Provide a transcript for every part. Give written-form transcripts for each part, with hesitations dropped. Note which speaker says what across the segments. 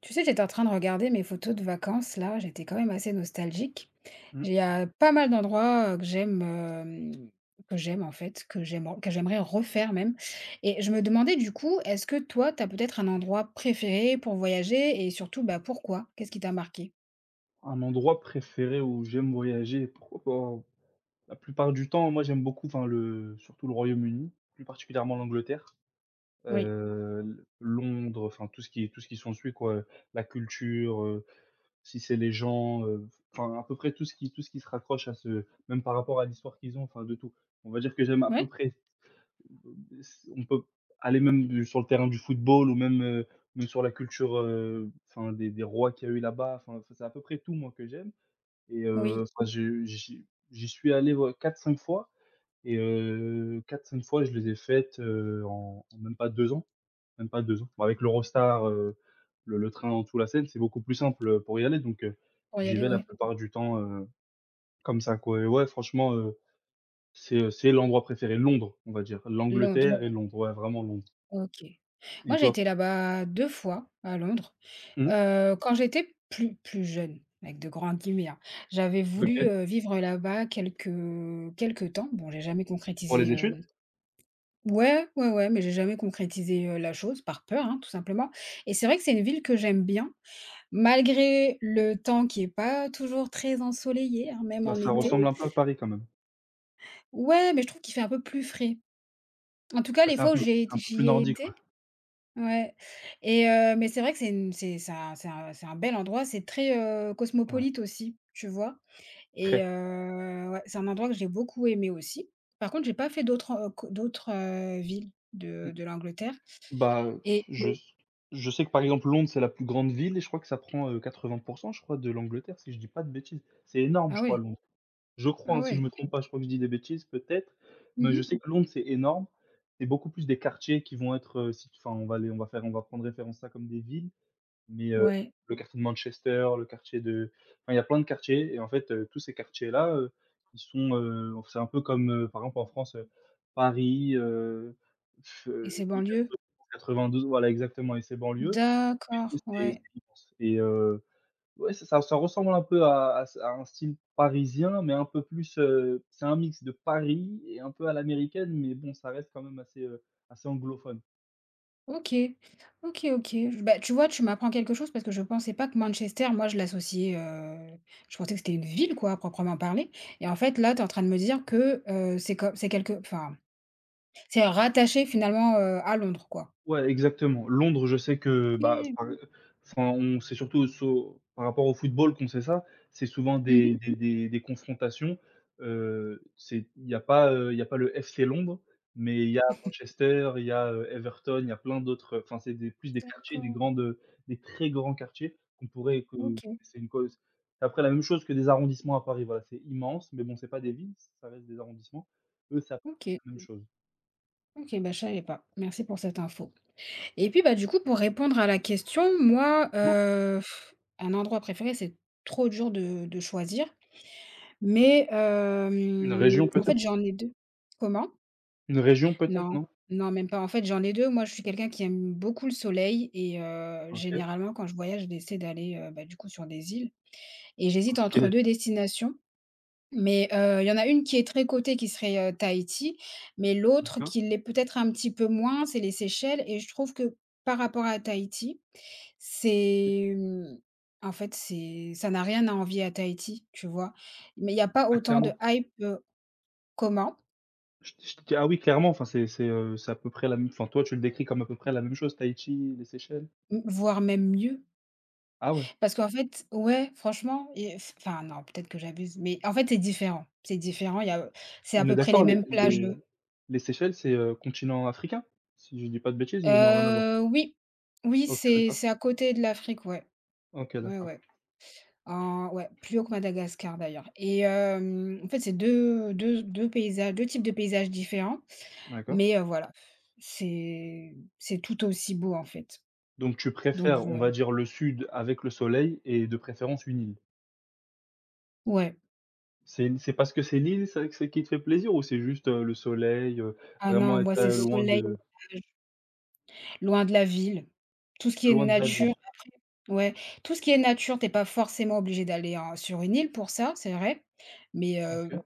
Speaker 1: Tu sais, j'étais en train de regarder mes photos de vacances, là, j'étais quand même assez nostalgique.
Speaker 2: Mmh.
Speaker 1: Il y a pas mal d'endroits, que j'aime, que j'aime que j'aimerais refaire même et je me demandais du coup, est-ce que toi, tu as peut-être un endroit préféré pour voyager et surtout, bah, pourquoi? Qu'est-ce qui t'a marqué?
Speaker 2: Un endroit préféré où j'aime voyager, pourquoi pas? La plupart du temps, moi, j'aime beaucoup, enfin, le surtout le Royaume-Uni, plus particulièrement l'Angleterre,
Speaker 1: Oui.
Speaker 2: L Londres, enfin, tout ce qui s'ensuit, quoi, la culture, si c'est les gens, enfin, à peu près tout ce qui se raccroche à ce même par rapport à l'histoire qu'ils ont, enfin, de tout. On va dire que j'aime à peu
Speaker 1: Ouais?
Speaker 2: près on peut aller même du sur le terrain du football ou même sur la culture, enfin, des rois qu'il y a eu là-bas, enfin, c'est à peu près tout, moi, que j'aime. Et
Speaker 1: Oui,
Speaker 2: enfin, je j'y j'y suis allé, ouais, 4-5 fois et 4-5 fois, je les ai faites, en même pas 2 ans, même pas 2 ans. Bah, avec l'Eurostar, le train Anjou-La Seine, c'est beaucoup plus simple, pour y aller donc
Speaker 1: pour y
Speaker 2: j'y
Speaker 1: aller,
Speaker 2: vais la
Speaker 1: ouais.
Speaker 2: plupart du temps, comme ça, quoi. Et ouais, franchement, c'est l'endroit préféré. Londres, on va dire.
Speaker 1: Londres,
Speaker 2: L'Angleterre, ouais, et Londres, ouais, vraiment Londres.
Speaker 1: OK.
Speaker 2: Et
Speaker 1: Moi, j'ai
Speaker 2: toi?
Speaker 1: été là-bas 2 fois, à Londres.
Speaker 2: Mmh.
Speaker 1: Quand j'étais plus jeune, avec de grands guillemets, hein, j'avais
Speaker 2: Mmh.
Speaker 1: voulu,
Speaker 2: OK.
Speaker 1: vivre là-bas quelques quelques temps. Bon, j'ai jamais
Speaker 2: Pour
Speaker 1: concrétisé,
Speaker 2: les études?
Speaker 1: hem. Ouais, mais j'ai jamais concrétisé, la chose par peur, hein, tout simplement et c'est vrai que c'est une ville que j'aime bien, malgré le temps qui est pas toujours très ensoleillé, hein, même
Speaker 2: Bah,
Speaker 1: en
Speaker 2: ça, ouais, ouais,
Speaker 1: été.
Speaker 2: ressemble un peu à Paris quand même.
Speaker 1: Ouais, mais je trouve qu'il fait un peu plus frais. En tout cas,
Speaker 2: Bah,
Speaker 1: les
Speaker 2: c'est un
Speaker 1: fois où
Speaker 2: peu c'est un peu plus
Speaker 1: j'y ai
Speaker 2: nordique, ouais.
Speaker 1: été, ouais. Et mais c'est vrai que c'est un c'est un c'est un bel endroit, c'est très,
Speaker 2: Ouais,
Speaker 1: cosmopolite aussi, tu vois? Et
Speaker 2: très.
Speaker 1: ouais, c'est un endroit que j'ai beaucoup aimé aussi. Par contre, j'ai pas fait d'autres en co d'autres, villes de l'Angleterre
Speaker 2: Bah,
Speaker 1: et
Speaker 2: je Oui. s je sais que, par exemple, Londres, c'est la plus grande ville et je crois que ça prend, 80 je crois de l'Angleterre, si je dis pas de bêtises. C'est énorme,
Speaker 1: ah
Speaker 2: je crois,
Speaker 1: ouais,
Speaker 2: Londres. Je crois,
Speaker 1: ah
Speaker 2: hein, si je
Speaker 1: ouais.
Speaker 2: me trompe pas, je crois que je dis des bêtises peut-être, mais
Speaker 1: Mmh.
Speaker 2: je sais que Londres, c'est énorme. C'est beaucoup plus des quartiers qui vont être, si enfin, on va les on va faire on va prendre référence ça comme des villes, mais
Speaker 1: Ouais,
Speaker 2: le quartier de Manchester, le quartier de enfin, il y a plein de quartiers. Et en fait, tous ces quartiers-là, ils sont, c'est un peu comme, par exemple, en France, Paris, f
Speaker 1: et ses banlieues?
Speaker 2: 92, voilà exactement et ses banlieues. Et
Speaker 1: D'accord,
Speaker 2: c'est
Speaker 1: ouais.
Speaker 2: c'est immense. Et ouais, ça ressemble un peu à un style parisien, mais un peu plus, c'est un mix de Paris et un peu à l'américaine, mais bon, ça reste quand même assez anglophone.
Speaker 1: OK. OK, OK. J Bah, tu vois, tu m'apprends quelque chose parce que je pensais pas que Manchester, moi, je l'associais, je pensais que c'était une ville, quoi, à proprement parler et en fait, là, tu es en train de me dire que, c'est quelque enfin, c'est rattaché finalement, à Londres, quoi.
Speaker 2: Ouais, exactement. Londres, je sais que, bah,
Speaker 1: OK.
Speaker 2: par enfin, on c'est surtout sau par rapport au football qu'on sait ça. C'est souvent des
Speaker 1: Mmh.
Speaker 2: des des des confrontations. C'est il y a pas, le FC Londres, mais il y a Manchester, il y a, Everton, il y a plein d'autres, enfin, c'est des plus des quartiers, des
Speaker 1: D'accord.
Speaker 2: grandes, des très grands quartiers qu'on pourrait que
Speaker 1: OK.
Speaker 2: c'est une cause après la même chose que des arrondissements à Paris, voilà, c'est immense, mais bon, c'est pas des villes, ça reste des arrondissements. Eux, c'est la
Speaker 1: OK.
Speaker 2: même chose.
Speaker 1: OK, bah, je savais pas. Merci pour cette info et puis, bah, du coup, pour répondre à la question, moi, un endroit préféré, c'est trop dur de choisir, mais
Speaker 2: Une région
Speaker 1: hem, en
Speaker 2: peut-être?
Speaker 1: fait, j'en ai 2. Comment?
Speaker 2: Une région peut-être,
Speaker 1: Non,
Speaker 2: non?
Speaker 1: non, même pas. En fait, j'en ai 2. Moi, je suis quelqu'un qui aime beaucoup le soleil et
Speaker 2: OK.
Speaker 1: généralement, quand je voyage, j'essaie d'aller, bah, du coup, sur des îles et j'hésite entre
Speaker 2: OK,
Speaker 1: 2 destinations. Mais, il y en a une qui est très cotée qui serait, Tahiti, mais l'autre
Speaker 2: d'accord.
Speaker 1: qui l'est peut-être un petit peu moins, c'est les Seychelles et je trouve que par rapport à Tahiti, c'est, en fait, c'est ça n'a rien à envier à Tahiti, tu vois? Mais il y a pas
Speaker 2: Ah
Speaker 1: autant de
Speaker 2: clairement.
Speaker 1: hype, comment?
Speaker 2: Je t ah oui, clairement, enfin, c'est à peu près la même enfin, toi, tu le décris comme à peu près la même chose, Tahiti, les Seychelles?
Speaker 1: Mmh, voire même mieux.
Speaker 2: Ah ouais.
Speaker 1: Parce qu'en fait ouais, franchement et enfin non, peut-être que j'abuse, mais en fait, c'est différent. C'est différent, il y a c'est à
Speaker 2: On est
Speaker 1: peu près les
Speaker 2: d'accord, les
Speaker 1: mêmes
Speaker 2: les
Speaker 1: plages,
Speaker 2: les Seychelles, c'est, continent africain? Si je dis pas de bêtises ou non, rien à voir?
Speaker 1: oui, oui,
Speaker 2: OK, d'accord.
Speaker 1: c'est à côté de l'Afrique, ouais.
Speaker 2: OK,
Speaker 1: Ouais,
Speaker 2: d'accord,
Speaker 1: ouais. En Ouais, plus haut que Madagascar d'ailleurs et hem, en fait, c'est 2 paysages, 2 types de paysages différents,
Speaker 2: d'accord.
Speaker 1: mais voilà, c'est tout aussi beau, en fait,
Speaker 2: Donc tu
Speaker 1: donc
Speaker 2: préfères, on
Speaker 1: voilà.
Speaker 2: va dire, le sud avec le soleil et de préférence une île?
Speaker 1: Ouais.
Speaker 2: C'est parce que c'est l'île, c'est qui te fait plaisir ou c'est juste, le soleil,
Speaker 1: Ah
Speaker 2: vraiment
Speaker 1: non, moi,
Speaker 2: être,
Speaker 1: c'est soleil, loin de la ville, tout ce qui est
Speaker 2: loin des avions?
Speaker 1: nature. Ouais, tout ce qui est nature, t'es pas forcément obligé d'aller en sur une île pour ça, c'est vrai, mais
Speaker 2: OK.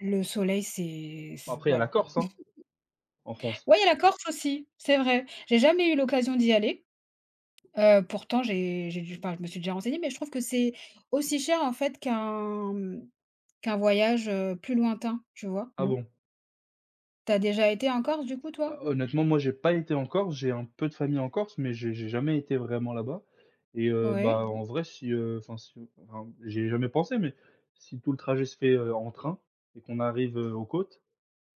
Speaker 1: le soleil, c'est
Speaker 2: Bon
Speaker 1: c
Speaker 2: après, il y a la
Speaker 1: voilà.
Speaker 2: Corse, hein, en France?
Speaker 1: Ouais, il y a la Corse aussi, c'est vrai. J'ai jamais eu l'occasion d'y aller. Pourtant j'ai dû enfin je me suis déjà renseignée, mais je trouve que c'est aussi cher en fait qu'un, qu'un voyage, plus lointain, tu vois?
Speaker 2: Ah bon?
Speaker 1: T'as déjà été en Corse du coup toi?
Speaker 2: Honnêtement, moi, j'ai pas été en Corse. J'ai un peu de famille en Corse, mais j'ai jamais été vraiment là-bas. Et
Speaker 1: Ouais.
Speaker 2: bah, en vrai, si enfin, j'y jamais pensé, mais si tout le trajet se fait, en train et qu'on arrive, aux côtes,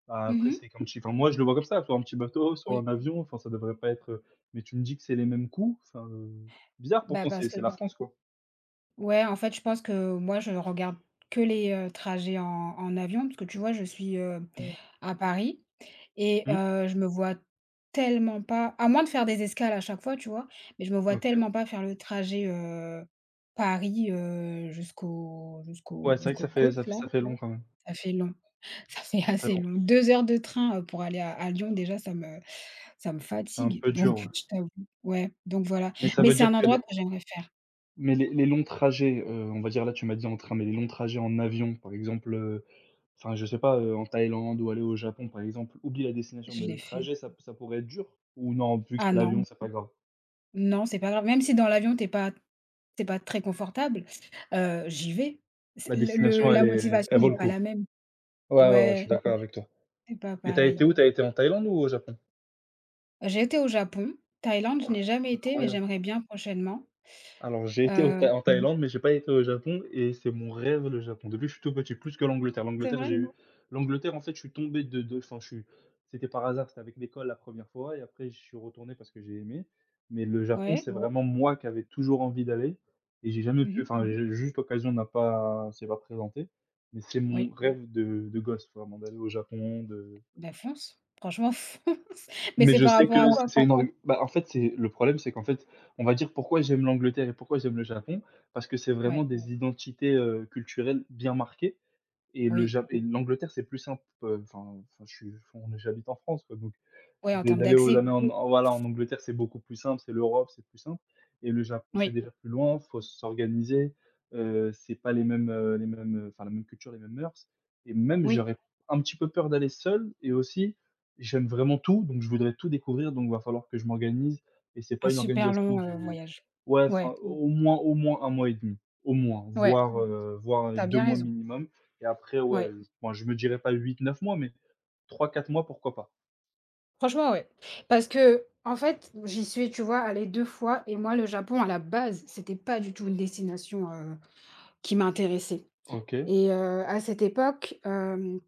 Speaker 2: bah, après,
Speaker 1: Mmh.
Speaker 2: c'est comme si enfin, moi, je le vois comme ça, soit un petit bateau, soit
Speaker 1: Oui,
Speaker 2: un avion, enfin, ça devrait pas être, mais tu me dis que c'est les mêmes coûts, enfin, bizarre
Speaker 1: bah,
Speaker 2: pourtant, c'est
Speaker 1: parce que
Speaker 2: c'est la France, quoi.
Speaker 1: ouais, en fait je pense que moi je regarde que les, trajets en avion parce que tu vois je suis, à Paris. Et
Speaker 2: Mmh,
Speaker 1: je me vois tellement pas à moins de faire des escales à chaque fois, tu vois? Mais je me vois
Speaker 2: OK.
Speaker 1: tellement pas faire le trajet, Paris,
Speaker 2: Ouais, c'est vrai que
Speaker 1: jusqu'aux
Speaker 2: ça fait ça
Speaker 1: côtes
Speaker 2: fait
Speaker 1: là.
Speaker 2: ça fait long quand même.
Speaker 1: Ça fait long, ça fait
Speaker 2: Ça fait
Speaker 1: assez
Speaker 2: long.
Speaker 1: long. Deux heures de train, pour aller à Lyon déjà ça me
Speaker 2: C'est un
Speaker 1: fatigue
Speaker 2: peu
Speaker 1: donc
Speaker 2: dur, ouais,
Speaker 1: je t'avoue, ouais, donc voilà.
Speaker 2: mais ça
Speaker 1: Mais
Speaker 2: veut
Speaker 1: c'est
Speaker 2: dire
Speaker 1: un
Speaker 2: que
Speaker 1: endroit que j'aimerais faire.
Speaker 2: mais les longs trajets, on va dire là, tu m'as dit en train, mais les longs trajets en avion, par exemple, enfin, je sais pas, en Thaïlande ou aller au Japon, par exemple, oublie la destination,
Speaker 1: Je
Speaker 2: mais le
Speaker 1: l'ai
Speaker 2: trajet,
Speaker 1: fait.
Speaker 2: ça pourrait être dur? Ou non, vu que
Speaker 1: Ah
Speaker 2: c'est
Speaker 1: non,
Speaker 2: l'avion, c'est pas grave?
Speaker 1: non, c'est pas grave. Même si dans l'avion, t'es pas c'est pas très confortable, j'y vais.
Speaker 2: La
Speaker 1: C'est le
Speaker 2: destination,
Speaker 1: la motivation
Speaker 2: elle vaut
Speaker 1: n'est
Speaker 2: le
Speaker 1: pas
Speaker 2: coup?
Speaker 1: la même.
Speaker 2: Ouais, ouais, ouais, je suis
Speaker 1: Ouais.
Speaker 2: d'accord avec toi.
Speaker 1: C'est pas
Speaker 2: Et t'as
Speaker 1: pareil.
Speaker 2: été où? T'as été en Thaïlande ou au Japon?
Speaker 1: J'ai été au Japon, Thaïlande, je
Speaker 2: Waouh,
Speaker 1: n'ai jamais été, mais
Speaker 2: incroyable!
Speaker 1: j'aimerais bien prochainement.
Speaker 2: Alors, j'ai été au Thaï
Speaker 1: Heu
Speaker 2: en Thaïlande, mais j'ai pas été au Japon et c'est mon rêve, le Japon. Depuis que je suis tout petit, plus que l'Angleterre.
Speaker 1: c'est
Speaker 2: L'Angleterre, j'ai
Speaker 1: vrai?
Speaker 2: eu l'Angleterre, en fait, je suis tombé de enfin, je suis c'était par hasard, c'était avec l'école la première fois et après, je suis retourné parce que j'ai aimé. Mais le Japon,
Speaker 1: Ouais.
Speaker 2: c'est, ouais, vraiment moi qui avais toujours envie d'aller et j'ai jamais pu
Speaker 1: Mmh.
Speaker 2: enfin, j'ai juste l'occasion n'a pas s'est pas présentée, mais c'est mon, ouais,
Speaker 1: Oui,
Speaker 2: rêve de gosse, vraiment, d'aller au Japon, de
Speaker 1: la fonce, franchement fonce. Mais
Speaker 2: mais
Speaker 1: c'est
Speaker 2: je
Speaker 1: par
Speaker 2: sais que
Speaker 1: rapport à
Speaker 2: combien
Speaker 1: quoi?
Speaker 2: c'est une ang bah, en fait, c'est le problème, c'est qu'en fait, on va dire pourquoi j'aime l'Angleterre et pourquoi j'aime le Japon, parce que c'est vraiment
Speaker 1: Ouais,
Speaker 2: des identités, culturelles bien marquées et le
Speaker 1: oui,
Speaker 2: Ja et l'Angleterre, c'est plus simple, enfin, je suis on est j'habite en France, quoi, donc.
Speaker 1: ouais, en termes
Speaker 2: D'aller aux
Speaker 1: d'accès.
Speaker 2: années en en voilà, en Angleterre, c'est beaucoup plus simple, c'est l'Europe, c'est plus simple. Et le Japon, c'est
Speaker 1: Oui,
Speaker 2: déjà plus loin, faut s'organiser, c'est pas les mêmes, enfin, la même culture, les mêmes mœurs. Et même
Speaker 1: oui,
Speaker 2: j'aurais un petit peu peur d'aller seul. Et aussi j'aime vraiment tout, donc je voudrais tout découvrir, donc va falloir que je m'organise. Et c'est pas
Speaker 1: un
Speaker 2: une
Speaker 1: super
Speaker 2: organisation
Speaker 1: long,
Speaker 2: du
Speaker 1: voyage.
Speaker 2: ouais,
Speaker 1: Ouais,
Speaker 2: enfin, au moins un mois et demi au moins,
Speaker 1: ouais,
Speaker 2: voire, Mmh. Voire,
Speaker 1: t'as
Speaker 2: 2
Speaker 1: bien
Speaker 2: mois
Speaker 1: raison.
Speaker 2: minimum. Et après ouais,
Speaker 1: Ouais,
Speaker 2: bon, je me dirais pas huit neuf mois, mais trois quatre mois, pourquoi pas.
Speaker 1: franchement, ouais. Parce que en fait, j'y suis, tu vois, allée 2 fois et moi, le Japon, à la base, c'était pas du tout une destination, qui m'intéressait
Speaker 2: OK.
Speaker 1: et à cette époque, hem.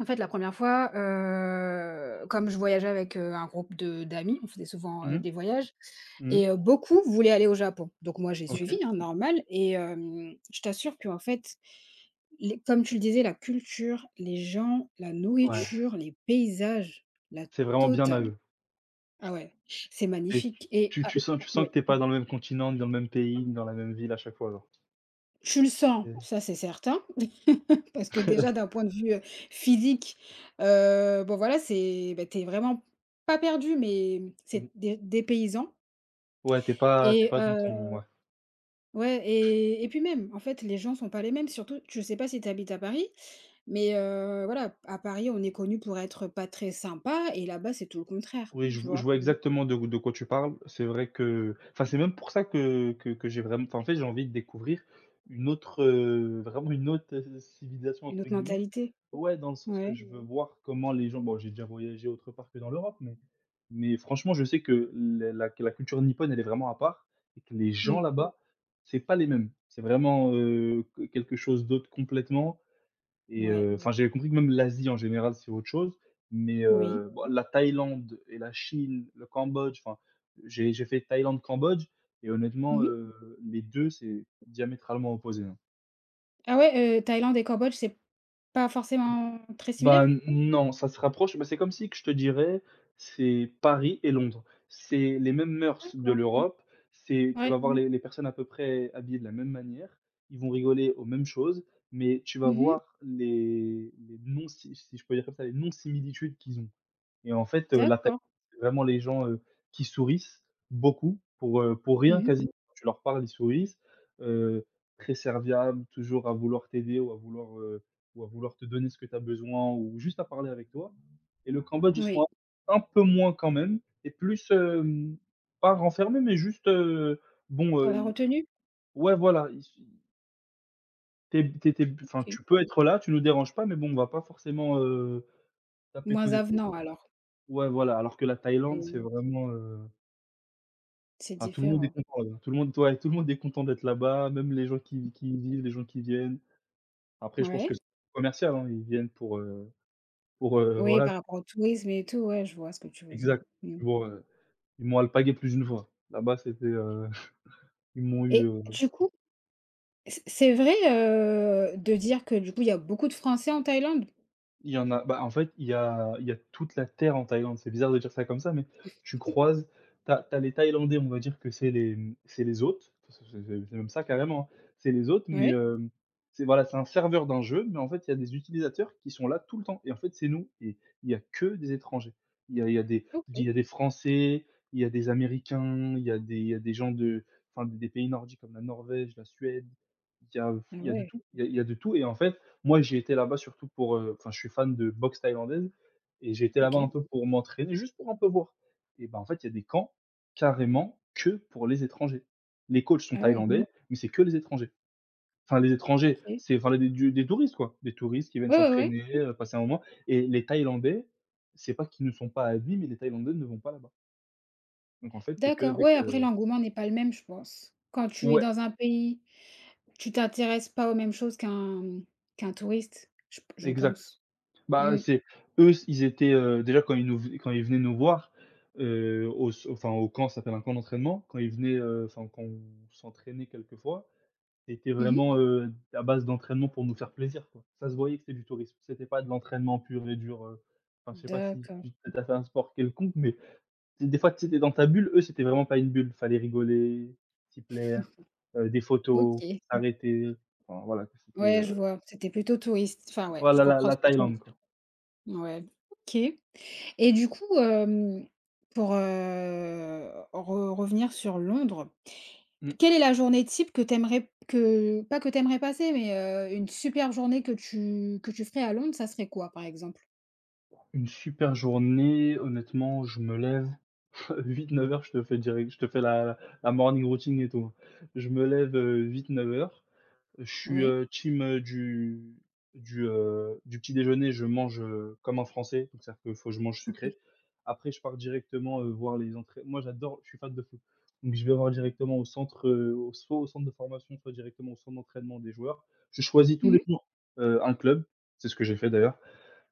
Speaker 1: En fait, la première fois, comme je voyageais avec, un groupe de d'amis, on faisait souvent,
Speaker 2: Mmh. Mh.
Speaker 1: des voyages
Speaker 2: Mmh.
Speaker 1: et beaucoup voulaient aller au Japon. Donc moi, j'ai
Speaker 2: OK.
Speaker 1: suivi, hein, normal et hem, je t'assure qu'en fait, les comme tu le disais, la culture, les gens, la
Speaker 2: Ouais,
Speaker 1: nourriture, les paysages, la
Speaker 2: c'est vraiment bien à
Speaker 1: totale.
Speaker 2: eux.
Speaker 1: Ah ouais, c'est
Speaker 2: Et
Speaker 1: magnifique et
Speaker 2: tu tu
Speaker 1: ah
Speaker 2: sens tu sens
Speaker 1: oui.
Speaker 2: que tu es pas dans le même continent, ni dans le même pays, ni dans la même ville à chaque fois, genre.
Speaker 1: Tu le sens,
Speaker 2: C'est
Speaker 1: ça c'est certain, parce que déjà d'un point de vue, physique, bon voilà, c'est bah, tu vraiment pas perdu, mais
Speaker 2: mmh,
Speaker 1: c'est dé dépaysant
Speaker 2: ouais, tu es
Speaker 1: et
Speaker 2: pas dans ton ouais.
Speaker 1: ouais et puis même, en fait, les gens sont pas les mêmes. Surtout, je sais pas si tu habites à Paris, mais voilà, à Paris, on est connu pour être pas très sympa et là-bas, c'est tout le contraire,
Speaker 2: Oui,
Speaker 1: tu
Speaker 2: je
Speaker 1: vois?
Speaker 2: vois exactement de quoi tu parles. C'est vrai que enfin, c'est même pour ça que j'ai vraiment enfin, en fait, j'ai envie de découvrir une autre, vraiment une autre, «civilisation»
Speaker 1: Une
Speaker 2: entre
Speaker 1: autre
Speaker 2: guillemets.
Speaker 1: mentalité.
Speaker 2: Ouais, dans le sens,
Speaker 1: Ouais.
Speaker 2: je veux voir comment les gens bon, j'ai déjà voyagé autre part que dans l'Europe, mais franchement, je sais que la culture nippone, elle est vraiment à part et que les
Speaker 1: Mmh.
Speaker 2: gens là-bas, c'est pas les mêmes. C'est vraiment, que quelque chose d'autre complètement. Et
Speaker 1: Ouais.
Speaker 2: enfin, j'avais compris que même l'Asie en général, c'est autre chose, mais
Speaker 1: Oui.
Speaker 2: bon, la Thaïlande et la Chine, le Cambodge, enfin, j'ai fait Thaïlande, Cambodge. Et honnêtement,
Speaker 1: Mmh.
Speaker 2: les 2, c'est diamétralement opposé, hein.
Speaker 1: Ah ouais, Thaïlande et Cambodge, c'est pas forcément très
Speaker 2: Bah,
Speaker 1: similaire?
Speaker 2: non, ça se rapproche, bah, c'est comme si que je te dirais, c'est Paris et Londres. C'est les mêmes mœurs de
Speaker 1: D'accord.
Speaker 2: l'Europe, c'est tu vas
Speaker 1: Ouais.
Speaker 2: voir les personnes à peu près habillées de la même manière, ils vont rigoler aux mêmes choses, mais tu vas
Speaker 1: Mmh.
Speaker 2: voir les si je peux dire comme ça, les non-similitudes qu'ils ont. Et en fait, la Thaïlande,
Speaker 1: D'accord.
Speaker 2: c'est vraiment les gens, qui sourissent beaucoup pour rien
Speaker 1: Mmh.
Speaker 2: quasiment. Quand tu leur parles, ils sourissent, heu, très serviables, toujours à vouloir t'aider ou à vouloir te donner ce que tu as besoin ou juste à parler avec toi. Et le Cambodge, ils sont
Speaker 1: Oui.
Speaker 2: un peu moins quand même et plus, pas renfermés, mais juste, bon,
Speaker 1: Sur la
Speaker 2: ils
Speaker 1: retenue?
Speaker 2: ouais, voilà, ils s tu étais enfin,
Speaker 1: OK.
Speaker 2: tu peux être là, tu nous déranges pas, mais bon, on va pas forcément, taper
Speaker 1: Moins
Speaker 2: causette.
Speaker 1: avenant alors.
Speaker 2: Ouais, voilà, alors que la Thaïlande, c'est
Speaker 1: Mmh.
Speaker 2: vraiment, heu
Speaker 1: C'est
Speaker 2: Enfin, tout le monde est
Speaker 1: différent.
Speaker 2: content là-bas. Tout le monde Ouais, tout le monde est content d'être là-bas, même les gens qui y vivent, les gens qui viennent. Après, je pense que c'est
Speaker 1: Ouais.
Speaker 2: commercial, hein, ils viennent pour,
Speaker 1: Oui,
Speaker 2: voilà
Speaker 1: par rapport au tourisme et tout, ouais, je vois ce que tu veux dire.
Speaker 2: exact.
Speaker 1: Mmh,
Speaker 2: Pour, ils m'ont alpagué plus d'une fois. Là-bas, c'était, ils m'ont eu,
Speaker 1: et du coup, c'est vrai, de dire que du coup, il y a beaucoup de Français en Thaïlande?
Speaker 2: Il y en a bah, en fait, il y a toute la terre en Thaïlande. C'est bizarre de dire ça comme ça, mais tu croises t'as les Thaïlandais, on va dire que c'est les, mmh, c'est les hôtes. C'est même ça carrément, hein. C'est les hôtes, mais
Speaker 1: Ouais.
Speaker 2: hem, c'est voilà, c'est un serveur d'un jeu, mais en fait, il y a des utilisateurs qui sont là tout le temps et en fait, c'est nous et il y a que des étrangers. Il y a des il y
Speaker 1: OK.
Speaker 2: a des Français, il y a des Américains, il y a des gens de enfin, des pays nordiques comme la Norvège, la Suède. Il y a
Speaker 1: Ah
Speaker 2: il y a de
Speaker 1: ouais.
Speaker 2: tout. Il y a de tout et en fait, moi, j'ai été là-bas surtout pour, enfin, je suis fan de boxe thaïlandaise et j'ai été là-bas un
Speaker 1: OK.
Speaker 2: peu pour m'entraîner, juste pour un peu voir et ben, en fait, il y a des camps carrément que pour les étrangers. Les coachs sont mmh
Speaker 1: Ah ouais.
Speaker 2: thaïlandais, mais c'est que les étrangers. Enfin, les étrangers,
Speaker 1: OK.
Speaker 2: c'est enfin, des touristes, quoi. Des touristes qui viennent
Speaker 1: Ouais, ouais, ouais.
Speaker 2: s'entraîner, passer un moment et les Thaïlandais, c'est pas qu'ils ne sont pas admis, mais les Thaïlandais ne vont pas là-bas. Donc en fait, tu que
Speaker 1: D'accord.
Speaker 2: avec.
Speaker 1: Ouais, après
Speaker 2: OK.
Speaker 1: l'engouement n'est pas le même, je pense. Quand tu es
Speaker 2: Ouais,
Speaker 1: dans un pays, tu t'intéresses pas aux mêmes choses qu'un, qu'un touriste, je
Speaker 2: exact.
Speaker 1: pense.
Speaker 2: Bah,
Speaker 1: Mmh.
Speaker 2: c'est eux, ils étaient, déjà quand ils nous v quand ils venaient nous voir, au s enfin au camp, ça s'appelle un camp d'entraînement. Quand ils venaient, enfin quand on s'entraînait quelquefois, c'était
Speaker 1: Mmh.
Speaker 2: vraiment, à base d'entraînement pour nous faire plaisir, quoi. Ça se voyait que c'était du tourisme. C'était pas de l'entraînement pur et dur, enfin je sais pas si
Speaker 1: D'accord,
Speaker 2: tu as fait un sport quelconque, mais tu des fois, tu étais dans ta bulle, eux, c'était vraiment pas une bulle. Fallait rigoler, s'y plaire, des photos,
Speaker 1: OK.
Speaker 2: s'arrêter, enfin voilà, c'était,
Speaker 1: Ouais, je vois. C'était plutôt touriste enfin, ouais, je
Speaker 2: voilà la
Speaker 1: comprends
Speaker 2: la
Speaker 1: ce
Speaker 2: mmh
Speaker 1: que tu veux
Speaker 2: Thaïlande, quoi.
Speaker 1: dire. Ouais, OK et du coup, hem, pour, re revenir sur Londres, quelle est la journée type que t'aimerais passer, mais, une super journée que tu ferais à Londres, ça serait quoi, par exemple?
Speaker 2: Une super journée, honnêtement, je me lève huit-neuf heures, je te fais direct je te fais la la morning routine et tout. Je me lève, huit-neuf heures. Je suis,
Speaker 1: Ouais,
Speaker 2: team, du du petit déjeuner, je mange, comme un Français, donc ça à dire qu'il faut que je mange sucré.
Speaker 1: compris.
Speaker 2: Après je pars directement, voir les entrées moi j'adore, je suis fan de foot, donc je vais voir directement au centre, au soit au centre de formation, soit directement au centre d'entraînement des joueurs. Je choisis tous les
Speaker 1: Mmh.
Speaker 2: jours, un club, c'est ce que j'ai fait d'ailleurs.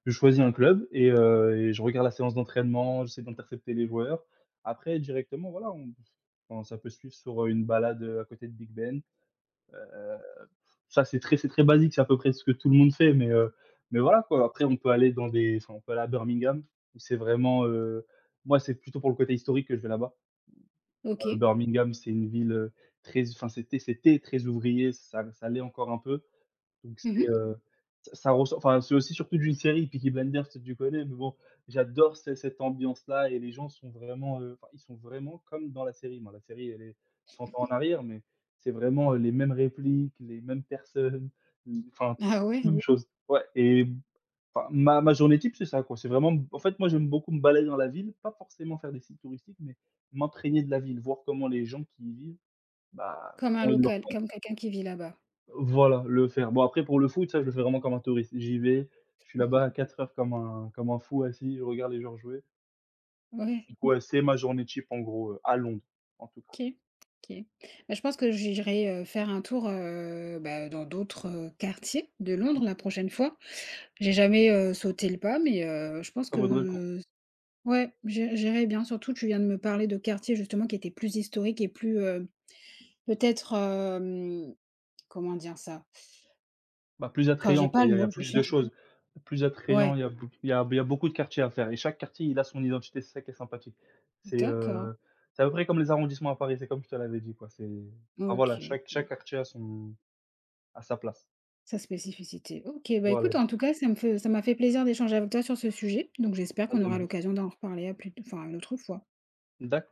Speaker 2: Je choisis un club et je regarde la séance d'entraînement, j'essaie d'intercepter les joueurs. Après directement, voilà, on enfin, ça peut se suivre sur, une balade, à côté de Big Ben. Heu, ça, c'est très basique, c'est à peu près ce que tout le monde fait, mais voilà, quoi. Après, on peut aller dans des enfin, on peut aller à Birmingham où c'est vraiment, moi, c'est plutôt pour le côté historique que je vais là-bas.
Speaker 1: OK.
Speaker 2: Birmingham, c'est une ville, très enfin, c'était très ouvrier, ça l'est encore un peu. Donc c'est,
Speaker 1: Mmh.
Speaker 2: ça ressort enfin, c'est aussi surtout d'une série Peaky Blinders, si tu connais, mais bon, j'adore ce cette ambiance-là et les gens sont vraiment, enfin, ils sont vraiment comme dans la série. Bon, la série, elle est 100 ans en arrière, mais c'est vraiment, les mêmes répliques, les mêmes personnes, l enfin,
Speaker 1: Ah
Speaker 2: mmh
Speaker 1: ouais,
Speaker 2: même mh chose. Ouais et enfin, ma journée type, c'est ça, quoi. C'est vraiment m en fait, moi, j'aime beaucoup me balader dans la ville, pas forcément faire des sites touristiques, mais m'imprégner de la ville, voir comment les gens qui y vivent, bah,
Speaker 1: comme un
Speaker 2: comment ils le
Speaker 1: local, comme quelqu'un qui vit là-bas.
Speaker 2: voilà, le faire. Bon après pour le foot, ça je le fais vraiment comme un touriste. J'y vais, je suis là-bas à 4 heures comme un fou assis, je regarde les gens jouer.
Speaker 1: Ouais.
Speaker 2: Du coup, ouais, c'est ma journée cheap en gros, à Londres, en tout cas.
Speaker 1: OK, OK. Bah, je pense que j'irai, faire un tour, bah, dans d'autres, quartiers de
Speaker 2: Mmh,
Speaker 1: Londres la prochaine fois. J'ai jamais, sauté le pas, mais je pense
Speaker 2: ça vaudrait le coup.
Speaker 1: que ouais, j'irai bien. Surtout, tu viens de me parler de quartiers justement qui étaient plus historiques et plus, peut-être, hem, comment dire ça?
Speaker 2: Bah, plus
Speaker 1: Enfin,
Speaker 2: attrayant
Speaker 1: j'ai
Speaker 2: quoi,
Speaker 1: pas
Speaker 2: il y
Speaker 1: le
Speaker 2: a il y
Speaker 1: mot
Speaker 2: a
Speaker 1: que je
Speaker 2: plus de
Speaker 1: cherche.
Speaker 2: choses, plus attrayant,
Speaker 1: Ouais,
Speaker 2: il y a beau il y a beaucoup de quartiers à faire et chaque quartier, il a son identité, c'est ça qui est sympathique. C'est,
Speaker 1: d'accord,
Speaker 2: heu, c'est à peu près comme les arrondissements à Paris, c'est comme je te l'avais dit quoi, c'est enfin voilà,
Speaker 1: OK,
Speaker 2: chaque quartier a son a sa place.
Speaker 1: sa spécificité. OK, bah,
Speaker 2: Voilà,
Speaker 1: écoute, en tout cas, ça m'a fait plaisir d'échanger avec toi sur ce sujet, donc j'espère
Speaker 2: pas
Speaker 1: qu'on
Speaker 2: de
Speaker 1: aura
Speaker 2: même.
Speaker 1: l'occasion d'en reparler à plus enfin, une autre fois.
Speaker 2: D'acc